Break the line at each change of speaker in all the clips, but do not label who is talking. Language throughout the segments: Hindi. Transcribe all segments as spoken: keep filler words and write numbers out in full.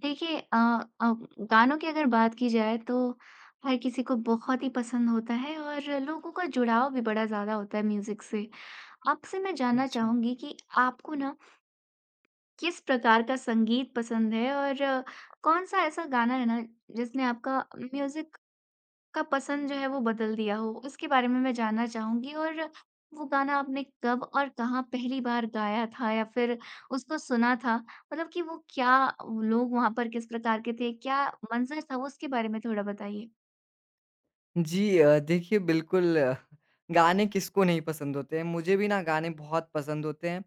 देखिए अ अ, गानों की अगर बात की जाए तो हर किसी को बहुत ही पसंद होता है और लोगों का जुड़ाव भी बड़ा ज़्यादा होता है म्यूज़िक से। आपसे मैं जानना
जी।
चाहूँगी कि आपको ना किस प्रकार का संगीत पसंद है और कौन-सा ऐसा गाना है ना जिसने आपका म्यूज़िक का पसंद जो है वो बदल दिया हो, उसके बारे में मैं जानना चाहूँगी और वो गाना आपने कब और कहाँ पहली बार गाया था या फिर उसको सुना था? मतलब कि वो क्या लोग वहाँ पर किस प्रकार के थे? क्या मंज़र था वो उसके बारे में थोड़ा बताइए?
जी अ, देखिए बिल्कुल अ, गाने किसको नहीं पसंद होते हैं। मुझे भी ना गाने बहुत पसंद होते हैं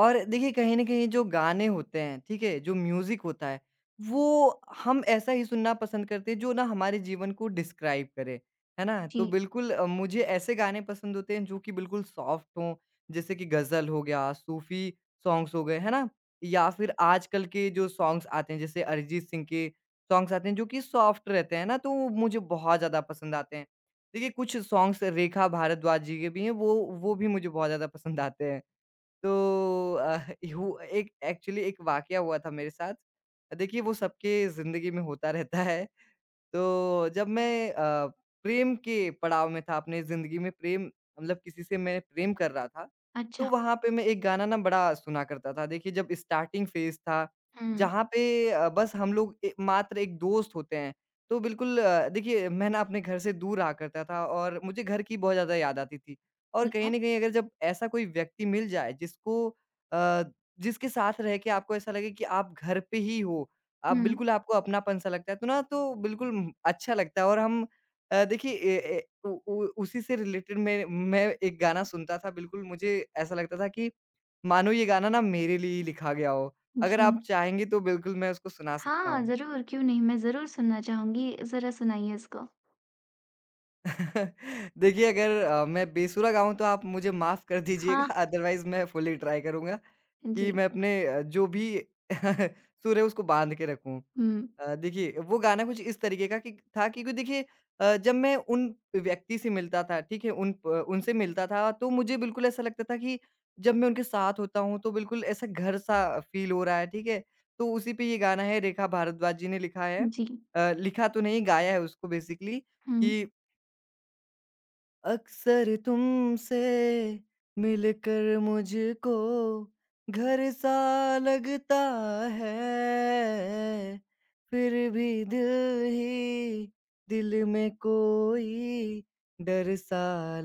और देखिए कहीं न कहीं जो गाने होते हैं, ठीक है? जो म्यूज़िक होता है, वो हम ऐसा ही सुनना पसंद करते हैं जो ना हमारे जीवन को डिस्क्राइब करे, है ना? तो
जी,
बिल्कुल अ, मुझे ऐसे गाने पसंद होते हैं जो कि बिल्कुल सॉफ्ट हों, जैसे कि गज़ल हो गया, सूफ़ी सॉन्ग्स हो गए, है ना? या फिर आजकल के जो सॉन्ग्स आते हैं जैसे अरिजीत सिंह के सॉन्ग्स आते हैं जो कि सॉफ्ट रहते हैं ना, तो वो मुझे बहुत ज़्यादा पसंद आते हैं। देखिए कुछ सॉन्ग्स रेखा भारद्वाज जी के भी हैं, वो वो भी मुझे बहुत ज़्यादा पसंद आते हैं। तो अ, हु एक एक्चुअली एक वाकया हुआ था मेरे साथ। देखिए वो सबके ज़िंदगी में होता रहता है। तो जब मैं अ, प्रेम के पड़ाव में था, अपने ज़िंदगी में प्रेम मतलब किसी से मैं प्रेम कर रहा था, तो
अच्छा।
वहाँ पे मैं एक गाना ना बड़ा सुना करता था। देखिए, जब स्टार्टिंग फ़ेज़ था,
हुँ,
जहाँ पे अ, बस हम लोग ए मात्र एक दोस्त होते हैं, तो बिल्कुल अ, देखिए मैं ना अपने घर से दूर रहा करता था और मुझे घर की बहुत ज़्यादा याद आती थी। और
ठीक
कहीं
है।
न कहीं अगर जब ऐसा कोई व्यक्ति मिल जाए जिसको अ, जिसके साथ रह के आपको ऐसा लगे कि आप घर पे ही हो आप
हुँ,
बिल्कुल आपको अपनापन-सा लगता है, तो ना तो बिल्कुल उम, अच्छा लगता है और हम अ, देखिए ए ए उ उ उसी से रिलेटेड मैं मैं एक गाना सुनता था बिल्कुल मुझे ऐसा लगता था कि मानो ये गाना ना मेरे लिए ही लिखा गया हो। अगर
जी।
आप चाहेंगी तो बिल्कुल मैं उसको सुना सकता
हाँ,
हूँ।
ज़रूर, क्यों नहीं? मैं ज़रूर सुनना चाहूँगी, ज़रा सुनाइए इसको।
देखिए अगर अ, मैं बेसुरा गाऊँ तो आप मुझे माफ़ कर
हाँ,
दीजिएगा अदरवाइज़ मैं फुल्ली ट्राई करूँगा कि
जी।
मैं अपने अ, जो भी सुर है उसको बाँध के रखूँ।
हुँ,
अ, देखिए, वो गाना कुछ इस तरीके का कि था क्योंकि देखिए अ, जब मैं उन व्यक्ति से मिलता था, ठीक है? उन प उनसे मिलता था, तो मुझे बिल्कुल ऐसा लगता था कि जब मैं उनके साथ होता हूँ, तो बिल्कुल ऐसा घर-सा फ़ील हो रहा है, ठीक है? तो उसी पे ये गाना है, रेखा भारद्वाज जी ने लिखा है।
जी।
अ, लिखा तो नहीं, गाया है उसको बेसिकली
हुँ,
कि अक्सर तुमसे मिलकर मुझको घर सा लगता है फिर भी दिल ही दिल में कोई डर सा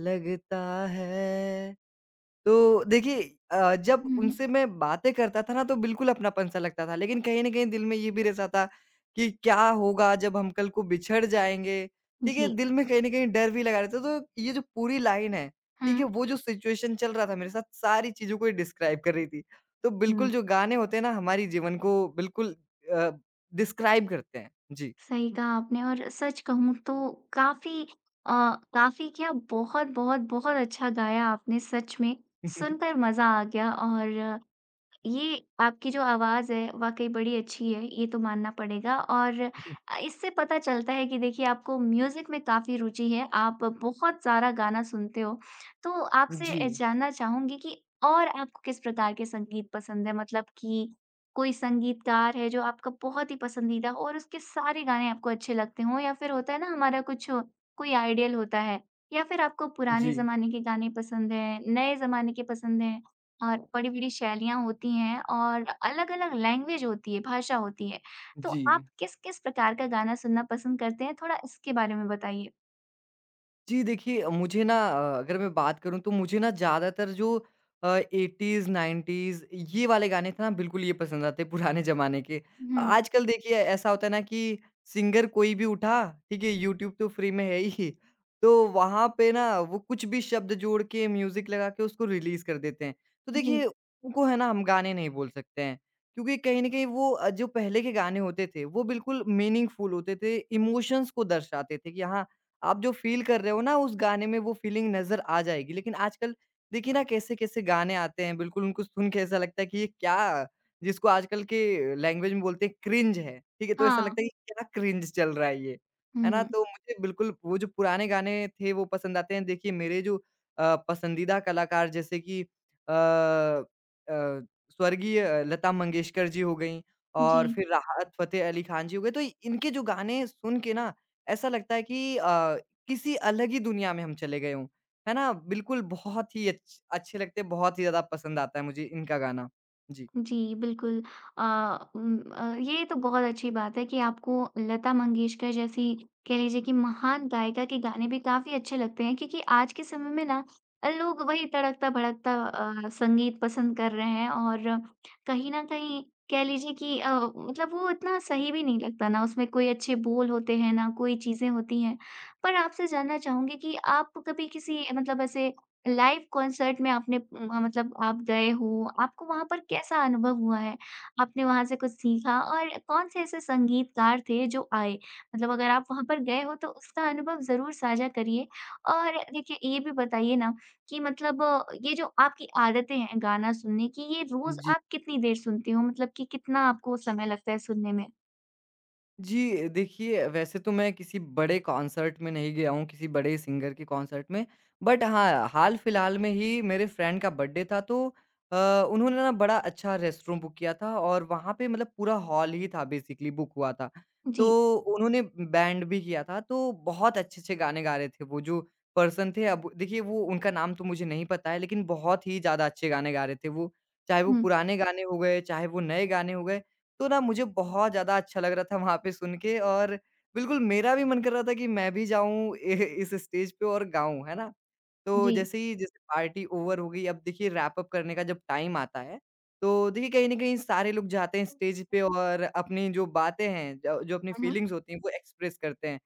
लगता है तो देखिए अ, जब
हुँ,
उनसे मैं बातें करता था ना तो बिल्कुल अपनापन सा लगता था। लेकिन कहीं न कहीं दिल में ये भी रहता था कि क्या होगा जब हम कल को बिछड़ जाएँगे, ठीक है?
जी।
दिल में कहीं न कहीं डर भी लगा रहता है। तो ये जो पूरी लाइन है, ठीक
हुँ,
है? वो जो सिचुएशन चल रहा था मेरे साथ सारी चीज़ों को ये डिस्क्राइब कर रही थी। तो
हुँ।
बिल्कुल जो गाने होते हैं ना हमारी जीवन को बिल्कुल अ, डिस्क्राइब करते हैं। जी।
सही कहा आपने और सच कहूँ तो काफ़ी अ, काफ़ी क्या बहुत-बहुत बहुत बहुत अच्छा गाया आपने सच में, सुनकर मज़ा आ गया और ये आपकी जो आवाज़ है, वाक़ई बड़ी अच्छी है, ये तो मानना पड़ेगा और अ, इससे पता चलता है कि देखिए आपको म्यूज़िक में काफ़ी रुचि है, आप बहुत सारा गाना सुनते हो। तो आपसे
जी।
अ, जानना चाहूँगी कि और आपको किस प्रकार के संगीत पसंद है? मतलब कि कोई संगीतकार है जो आपका बहुत ही पसंदीदा हो और उसके सारे गाने आपको अच्छे लगते हों या फिर होता है ना हमारा कुछ कोई आइडियल होता है या फिर आपको पुराने
जी,
ज़माने के गाने पसंद हैं, नए ज़माने के पसंद हैं? और बड़ी-बड़ी शैलियाँ होती हैं और अलग-अलग लैंग्वेज होती है, भाषा होती है। तो
जी।
आप किस-किस प्रकार का गाना सुनना पसंद करते हैं? थोड़ा इसके बारे में बताइए।
जी, देखिए अ, मुझे ना अ, अगर मैं बात करूँ तो मुझे ना ज़्यादातर जो अ, एटीज़ नाइंटीज़ ये वाले गाने थे ना बिल्कुल ये पसंद आते हैं पुराने ज़माने के।
हुँ।
आजकल देखिए ऐसा होता है ना कि सिंगर कोई भी उठा, ठीक है, यूट्यूब तो फ्री में है ही, तो वहाँ पे ना वो कुछ भी शब्द जोड़ के म्यूज़िक लगा के उसको रिलीज़ कर देते हैं। तो
जी।
देखिए उनको है ना हम गाने नहीं बोल सकते हैं, क्योंकि कहीं न कहीं वो अ, जो पहले के गाने होते थे वो बिल्कुल मीनिंगफुल होते थे, इमोशंस को दर्शाते थे कि हाँ, आप जो फ़ील कर रहे हो ना उस गाने में वो फ़ीलिंग नज़र आ जाएगी। लेकिन आजकल देखिए ना कैसे-कैसे गाने आते हैं बिल्कुल उनको सुन के ऐसा लगता है कि ये क्या जिसको आजकल के लैंग्वेज में बोलते हैं क्रिंज है, ठीक है? तो ऐसा
हाँ।
लगता है कि क्या क्रिंज चल रहा है ये, है ना?
हुँ।
तो मुझे बिल्कुल वो जो पुराने गाने थे वो पसंद आते हैं। देखिए मेरे जो अ, पसंदीदा कलाकार जैसे कि अ अ, स्वर्गीय अ, लता मंगेशकर जी हो गईं
जी।
और फिर राहत फ़तेह अली खान जी हो गए। तो इनके जो गाने सुन के ना ऐसा लगता है कि अ, किसी अलग ही दुनिया में हम चले गए हों, है ना? बिल्कुल बहुत ही अच्छ अच्छे लगते हैं, बहुत ही ज़्यादा पसंद आता है मुझे इनका गाना। जी।
जी, बिल्कुल। अ, उम, अ, ये तो बहुत अच्छी बात है कि आपको लता मंगेशकर जैसी कह लीजिए कि महान गायिका के गाने भी काफ़ी अच्छे लगते हैं क्योंकि आज के समय में ना अ, लोग वही तड़कता-भड़कता अ, संगीत पसंद कर रहे हैं और कहीं न कहीं कह लीजिए कि अ, मतलब वो इतना सही भी नहीं लगता ना उसमें कोई अच्छे बोल होते हैं, ना कोई चीज़ें होती हैं। पर आपसे जानना चाहूँगी कि आप कभी किसी मतलब ऐसे लाइव कॉन्सर्ट में आपने म मतलब आप गए हो, आपको वहाँ पर कैसा अनुभव हुआ है? आपने वहाँ से कुछ सीखा और कौन से ऐसे संगीतकार थे जो आए? मतलब अगर आप वहाँ पर गए हो तो उसका अनुभव ज़रूर साझा करिए। और देखिए ये भी बताइए ना कि मतलब अ, ये जो आपकी आदतें हैं गाना सुनने की, ये रोज़
जी
आप कितनी देर सुनते हो? मतलब कि कितना आपको समय लगता है सुनने में?
जी, देखिए वैसे तो मैं किसी बड़े कॉन्सर्ट में नहीं गया हूँ, किसी बड़े सिंगर के कॉन्सर्ट में। बट हाँ, हाल-फिलहाल में ही मेरे फ्रेंड का बर्थडे था तो अ, उन्होंने ना बड़ा अच्छा रेस्टरूम बुक किया था और वहाँ पे मतलब पूरा हॉल ही था बेसिकली बुक हुआ था।
जी।
तो उन्होंने बैंड भी किया था तो बहुत अच्छे-अच्छे गाने गा रहे थे वो जो पर्सन थे अब देखिए वो उनका नाम तो मुझे नहीं पता है लेकिन बहुत ही ज़्यादा अच्छे गाने गा रहे थे वो। चाहे वो
हुँ,
पुराने गाने हो गए, चाहे वो नए गाने हो गए। तो ना मुझे बहुत ज़्यादा अच्छा लग रहा था वहाँ पे सुन के और बिल्कुल मेरा भी मन कर रहा था कि मैं भी जाऊँ ए इस स्टेज पे और गाऊँ, है ना? तो
जी।
जैसे ही जैसे पार्टी ओवर हो गई, अब देखिए रैप अप करने का जब टाइम आता है, तो देखिए कहीं न कहीं सारे लोग जाते हैं स्टेज पे और अपनी जो बातें हैं, ज जो अपनी
हुँ,
फीलिंग्स होती हैं, वो एक्सप्रेस करते हैं,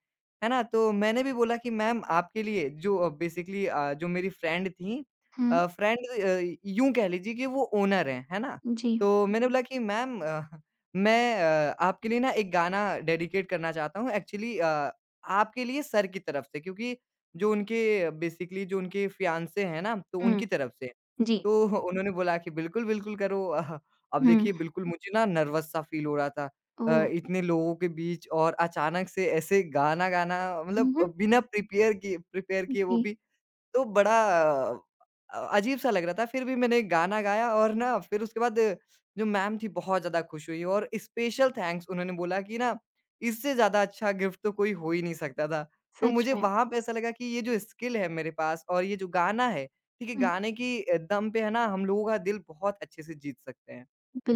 है ना? तो मैंने भी बोला कि मैम आपके लिए जो अ, बेसिकली अ, जो मेरी फ्रेंड थी
हुँ,
अ, फ्रेंड अ, यूँ कह लीजिए कि वो ओनर हैं, है ना?
हुँ, जी।
तो मैंने बोला कि मैम अ मैं अ, आपके लिए ना एक गाना डेडिकेट करना चाहता हूँ एक्चुअली अ, आपके लिए सर की तरफ से क्योंकि जो उनके बेसिकली जो उनके फियांसे हैं ना, तो
हुँ,
उनकी तरफ से।
जी।
तो उन्होंने बोला कि बिल्कुल, बिल्कुल करो। अह, अब
हुँ।
देखिए बिल्कुल मुझे ना नर्वस सा फ़ील हो रहा था अ,
ओह!
इतने लोगों के बीच और अचानक से ऐसे गाना गाना
हुँ,
मतलब
हुँ।
बिना प्रिपेयर किए प्रिपेयर किए वो
जी,
भी तो बड़ा अ, अजीब-सा लग रहा था, फिर भी मैंने गाना गाया और ना फिर उसके बाद जो मैम थी बहुत ज़्यादा खुश हुई और स्पेशल थैंक्स उन्होंने बोला कि ना इससे ज़्यादा अच्छा गिफ्ट तो कोई हो ही नहीं सकता था। तो
सच
मुझे
में।
वहाँ पे ऐसा लगा कि ये जो स्किल है मेरे पास और ये जो गाना है, ठीक है,
हुँ,
गाने की अ, दम पे है ना हम लोगों का दिल बहुत अच्छे से जीत सकते हैं।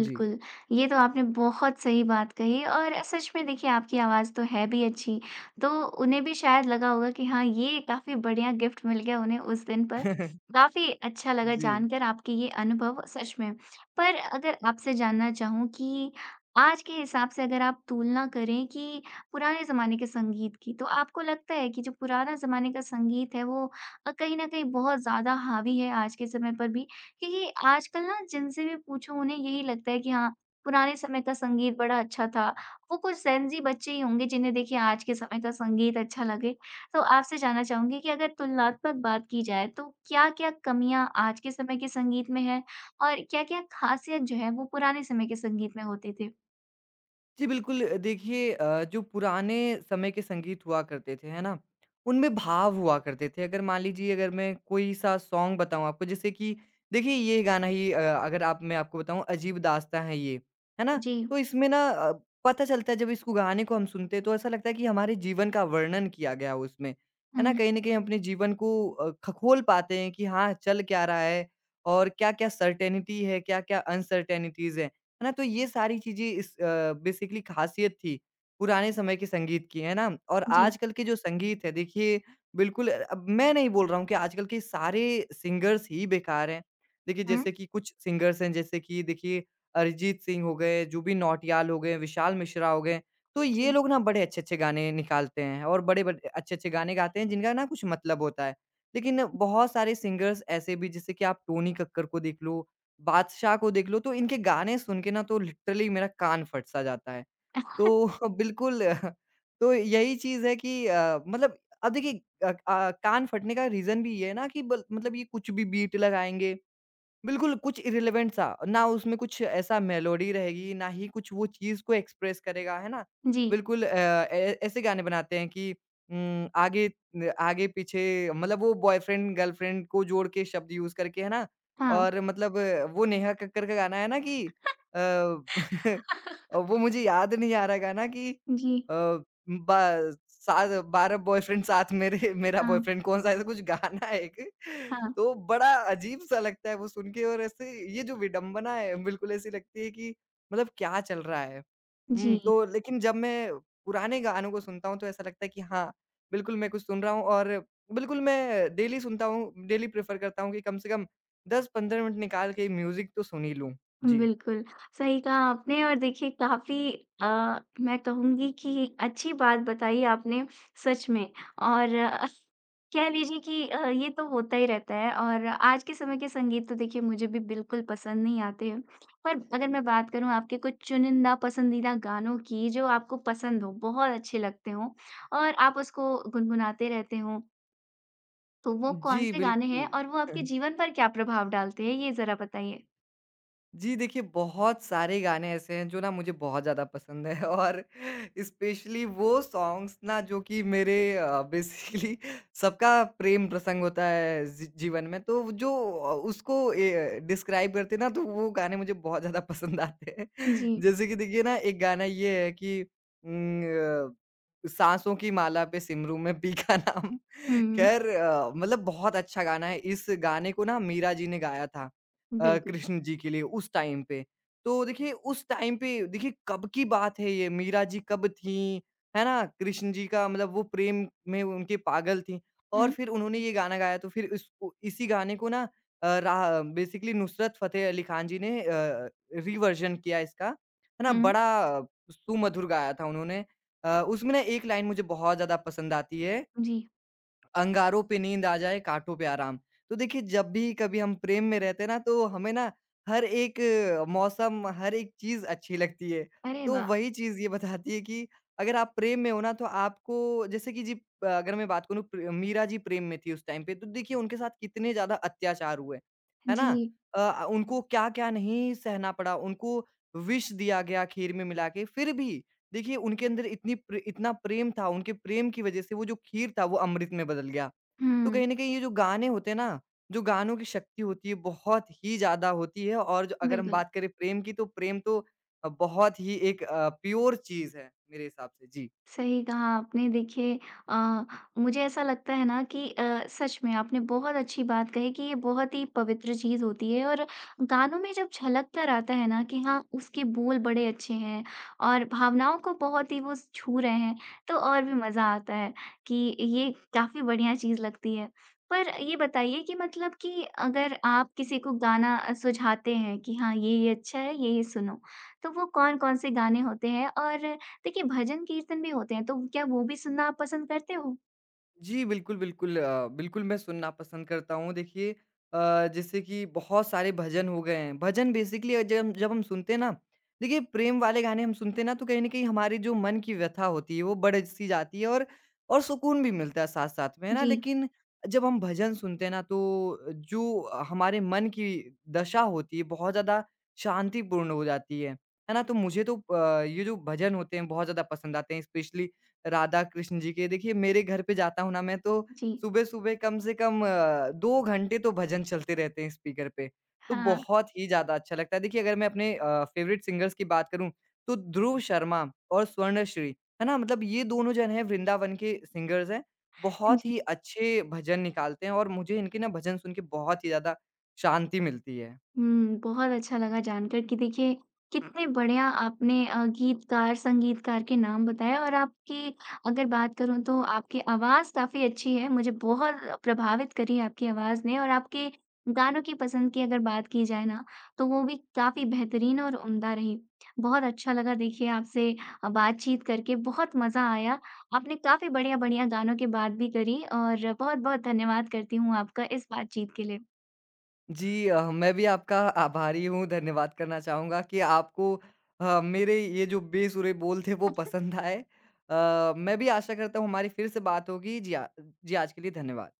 जी।
ये तो आपने बहुत सही बात कही और सच में देखिए आपकी आवाज़ तो है भी अच्छी, तो उन्हें भी शायद लगा होगा कि हाँ, ये काफ़ी बढ़िया गिफ्ट मिल गया उन्हें उस दिन पर। काफ़ी अच्छा लगा
जी।
जानकर आपके ये अनुभव सच में। पर अगर आपसे जानना चाहूँ कि आज के हिसाब से अगर आप तुलना करें कि पुराने ज़माने के संगीत की, तो आपको लगता है कि जो पुराना ज़माने का संगीत है वो अ, कहीं न कहीं बहुत ज़्यादा हावी है आज के समय पर भी? क्योंकि आजकल ना जिनसे भी पूछो उन्हें यही लगता है कि हाँ, पुराने समय का संगीत बड़ा अच्छा था। वो कुछ जेन ज़ी बच्चे ही होंगे जिन्हें देखिए आज के समय का संगीत अच्छा लगे। तो आपसे जानना चाहूँगी कि अगर तुलनात्मक बात की जाए तो क्या-क्या कमियाँ आज के समय के संगीत में है? और क्या-क्या खासियत जो है वो पुराने समय के संगीत में होते थे?
जी, बिल्कुल अ, देखिए अ, जो पुराने समय के संगीत हुआ करते थे, है ना? उनमें भाव हुआ करते थे। अगर मान लीजिए अगर मैं कोई-सा सॉन्ग बताऊँ आपको जैसे कि देखिए ये गाना ही अ, अगर आप मैं आपको बताऊँ अजीब दास्ताँ है ये, है ना?
जी।
तो इसमें ना अ, पता चलता है जब इसको गाने को हम सुनते हैं तो ऐसा लगता है कि हमारे जीवन का वर्णन किया गया है उसमें, है ना?
हुँ,
कहीं न कहीं अपने जीवन को अ, खखोल पाते हैं कि हाँ, चल क्या रहा है और क्या-क्या सर्टेनिटी है, क्या-क्या अनसर्टेनिटीज़ हैं। है ना? तो ये सारी चीज़ें इस अ, बेसिकली ख़ासियत थी, पुराने समय के संगीत की, है ना? और
जी।
आजकल के जो संगीत है देखिए बिल्कुल अब मैं नहीं बोल रहा हूँ कि आजकल के सारे सिंगर्स ही बेकार हैं। देखिए
हुँ,
जैसे कि कुछ सिंगर्स हैं जैसे कि देखिए अरिजीत सिंह हो गए, जुबिन नौटियाल हो गए, विशाल मिश्रा हो गए। तो ये
जी।
लोग ना बड़े अच्छे-अच्छे गाने निकालते हैं और बड़े बड अच्छे-अच्छे गाने गाते हैं जिनका ना कुछ मतलब होता है। लेकिन बहुत सारे सिंगर्स ऐसे भी जैसे कि आप टोनी कक्कड़ को देख लो बादशाह को देख लो, तो इनके गाने सुन के ना तो लिटरली मेरा कान फट-सा जाता है। तो बिल्कुल तो यही चीज़ है कि अ, मतलब अब देखिए अ अ, कान फटने का रीज़न भी ये है ना कि बल मतलब ये कुछ भी बीट लगाएँगे बिल्कुल, कुछ इर्रेलेवेंट सा, ना उसमें कुछ ऐसा मेलोडी रहेगी, ना ही कुछ वो चीज़ को एक्सप्रेस करेगा, है ना?
जी,
बिल्कुल अ, ए ऐसे गाने बनाते हैं कि उम, आगे न आगे-पीछे मतलब वो बॉयफ्रेंड, गर्लफ्रेंड को जोड़ के शब्द यूज़ करके, है ना?
हाँ।
और मतलब अ, वो नेहा कक्कड़ का गाना है ना कि अ, वो मुझे याद नहीं आ रहा गाना कि
जी,
अ बस, साथ बारह बॉयफ्रेंड साथ मेरे मेरा
हाँ,
बॉयफ्रेंड कौन-सा ऐसा कुछ गाना है एक,
हाँ,
तो बड़ा अजीब-सा लगता है वो सुन के और ऐसे ये जो विडंबना है बिल्कुल ऐसी लगती है कि मतलब क्या चल रहा है? हुँ,
जी।
तो लेकिन जब मैं पुराने गानों को सुनता हूँ तो ऐसा लगता है कि हाँ, बिल्कुल मैं कुछ सुन रहा हूँ और बिल्कुल मैं डेली सुनता हूँ, डेली प्रेफ़र करता हूँ कि कम से कम दस पंद्रह मिनट निकाल के म्यूज़िक तो सुन ही लूँ। जी।
बिल्कुल, सही कहा आपने और देखिए काफ़ी अ, मैं कहूँगी कि अच्छी बात बताई आपने सच में और अ, कह लीजिए कि अ, ये तो होता ही रहता है और आज के समय के संगीत तो देखिए मुझे भी बिल्कुल पसंद नहीं आते हैं। पर अगर मैं बात करूँ आपके कुछ चुनिंदा पसंदीदा गानों की जो आपको पसंद हो, बहुत अच्छे लगते हों और आप उसको गुनगुनाते रहते हों, तो वो
जी,
कौन से गाने
बिल्कुल।
हैं और वो आपके जीवन पर क्या प्रभाव डालते हैं? ये ज़रा बताइए?
जी, देखिए बहुत सारे गाने ऐसे हैं जो ना मुझे बहुत ज़्यादा पसंद है और स्पेशली वो सॉन्ग्स ना जो कि मेरे अ, बेसिकली सबका प्रेम प्रसंग होता है जी जीवन में तो वो जो अ, उसको ए, डिस्क्राइब करते हैं ना तो वो गाने मुझे बहुत ज़्यादा पसंद आते हैं।
जी।
जैसे कि देखिए ना एक गाना ये है कि उम, अ, साँसों की माला पे सिमरू में पी का नाम
हुँ, हुँ।
खैर अ, मतलब बहुत अच्छा गाना है। इस गाने को ना मीरा जी ने गाया था। अ,
बिल्कुल।
कृष्ण जी के लिए उस टाइम पे। तो देखिए उस टाइम पे देखिए कब की बात है ये, मीरा जी कब थीं, है ना? कृष्ण जी का मतलब वो प्रेम में उनके पागल थीं और
हुँ,
फिर उन्होंने ये गाना गाया तो फिर इसको इसी गाने को ना अ, रा बेसिकली नुसरत फ़तेह अली खान जी ने अ, रिवर्जन किया इसका, है ना?
हुँ।
बड़ा सुमधुर गाया था उन्होंने। अ, उसमें ना एक लाइन मुझे बहुत ज़्यादा पसंद आती है
जी।
अंगारों पे नींद आ जाए, काँटों पे आराम। तो देखिए, जब भी कभी हम प्रेम में रहते हैं ना, तो हमें ना हर एक अ, मौसम, हर एक चीज़ अच्छी लगती है।
अरे
तो
वाह!
वही चीज़ ये बताती है कि अगर आप प्रेम में हो ना, तो आपको जैसे कि जी अ, अगर मैं बात करूँ प्र मीरा जी प्रेम में थी उस टाइम पे, तो देखिए उनके साथ कितने ज़्यादा अत्याचार हुए, है
जी।
ना? अ, उनको क्या-क्या नहीं सहना पड़ा, उनको विष दिया गया खीर में मिला के, फिर भी देखिए, उनके अंदर इतनी प्रे इतना प्रेम था, उनके प्रेम की वजह से वो जो खीर था, वो अमृत में बदल गया। तो
हुँ,
कहीं न कहीं ये जो गाने होते हैं ना, जो गानों की शक्ति होती है, बहुत ही ज़्यादा होती है और जो अगर हम
बिल्कुल।
बात करें प्रेम की, तो प्रेम तो अ, बहुत ही एक अ, प्योर चीज़ है, मेरे हिसाब से। जी।
सही कहा आपने देखिए अ, मुझे ऐसा लगता है ना कि अ, सच में आपने बहुत अच्छी बात कही कि ये बहुत ही पवित्र चीज़ होती है और गानों में जब झलक कर आता है ना कि हाँ उसके बोल बड़े अच्छे हैं और भावनाओं को बहुत ही वो छू रहे हैं तो और भी मज़ा आता है कि ये काफ़ी बढ़िया चीज़ लगती है। पर ये बताइए कि मतलब कि अगर आप किसी को गाना अ, सुझाते हैं कि हाँ ये, ये अच्छा है, ये, ये सुनो, तो वो कौन-कौन से गाने होते हैं? और देखिए, भजन कीर्तन भी होते हैं, तो क्या वो भी सुनना आप पसंद करते हो?
जी, बिल्कुल, बिल्कुल अ, बिल्कुल मैं सुनना पसंद करता हूँ। देखिए अ, जैसे कि बहुत सारे भजन हो गए हैं। भजन बेसिकली जब जब हम सुनते हैं ना, देखिए प्रेम वाले गाने हम सुनते हैं ना तो कहीं न कहीं हमारी जो मन की व्यथा होती है वो बढ़-सी जाती है और और सुकून भी मिलता है साथ-साथ में, है ना?
जी,
लेकिन जब हम भजन सुनते हैं ना तो जो हमारे मन की दशा होती है बहुत ज़्यादा शांतिपूर्ण हो जाती है। है ना? तो मुझे तो अ, ये जो भजन होते हैं बहुत ज़्यादा पसंद आते हैं स्पेशली राधा कृष्ण जी के। देखिए मेरे घर पे जाता हूँ ना मैं तो
जी।
सुबह-सुबह कम से कम अ, दो घंटे तो भजन चलते रहते हैं स्पीकर पे, तो
हाँ,
बहुत ही ज़्यादा अच्छा लगता है। देखिए अगर मैं अपने अ, फ़ेवरेट सिंगर्स की बात करूँ तो ध्रुव शर्मा और स्वर्णश्री, है ना? मतलब ये दोनों जन हैं वृंदावन के सिंगर्स हैं। बहुत
जी।
ही अच्छे भजन निकालते हैं और मुझे इनके ना भजन सुन के बहुत ही ज़्यादा शांति मिलती है।
हुँ, बहुत अच्छा लगा जानकर कि देखिए कितने बढ़िया आपने अ, गीतकार, संगीतकार के नाम बताए और आपकी अगर बात करूँ तो आपकी आवाज़ काफ़ी अच्छी है। मुझे बहुत प्रभावित करी आपकी आवाज़ ने और आपके गानों की पसंद की अगर बात की जाए ना, तो वो भी काफ़ी बेहतरीन और उम्दा रही। बहुत अच्छा लगा देखिए आपसे अ, बातचीत करके बहुत मज़ा आया। आपने काफ़ी बढ़िया-बढ़िया गानों की बात भी करी और बहुत-बहुत धन्यवाद करती हूँ आपका इस बातचीत के लिए।
जी अ, मैं भी आपका आभारी हूँ, धन्यवाद करना चाहूँगा कि आपको अ, मेरे ये जो बेसुरे बोल थे वो पसंद आए। अ, मैं भी आशा करता हूँ हमारी फिर से बात होगी। जी, आ जी आज के लिए धन्यवाद।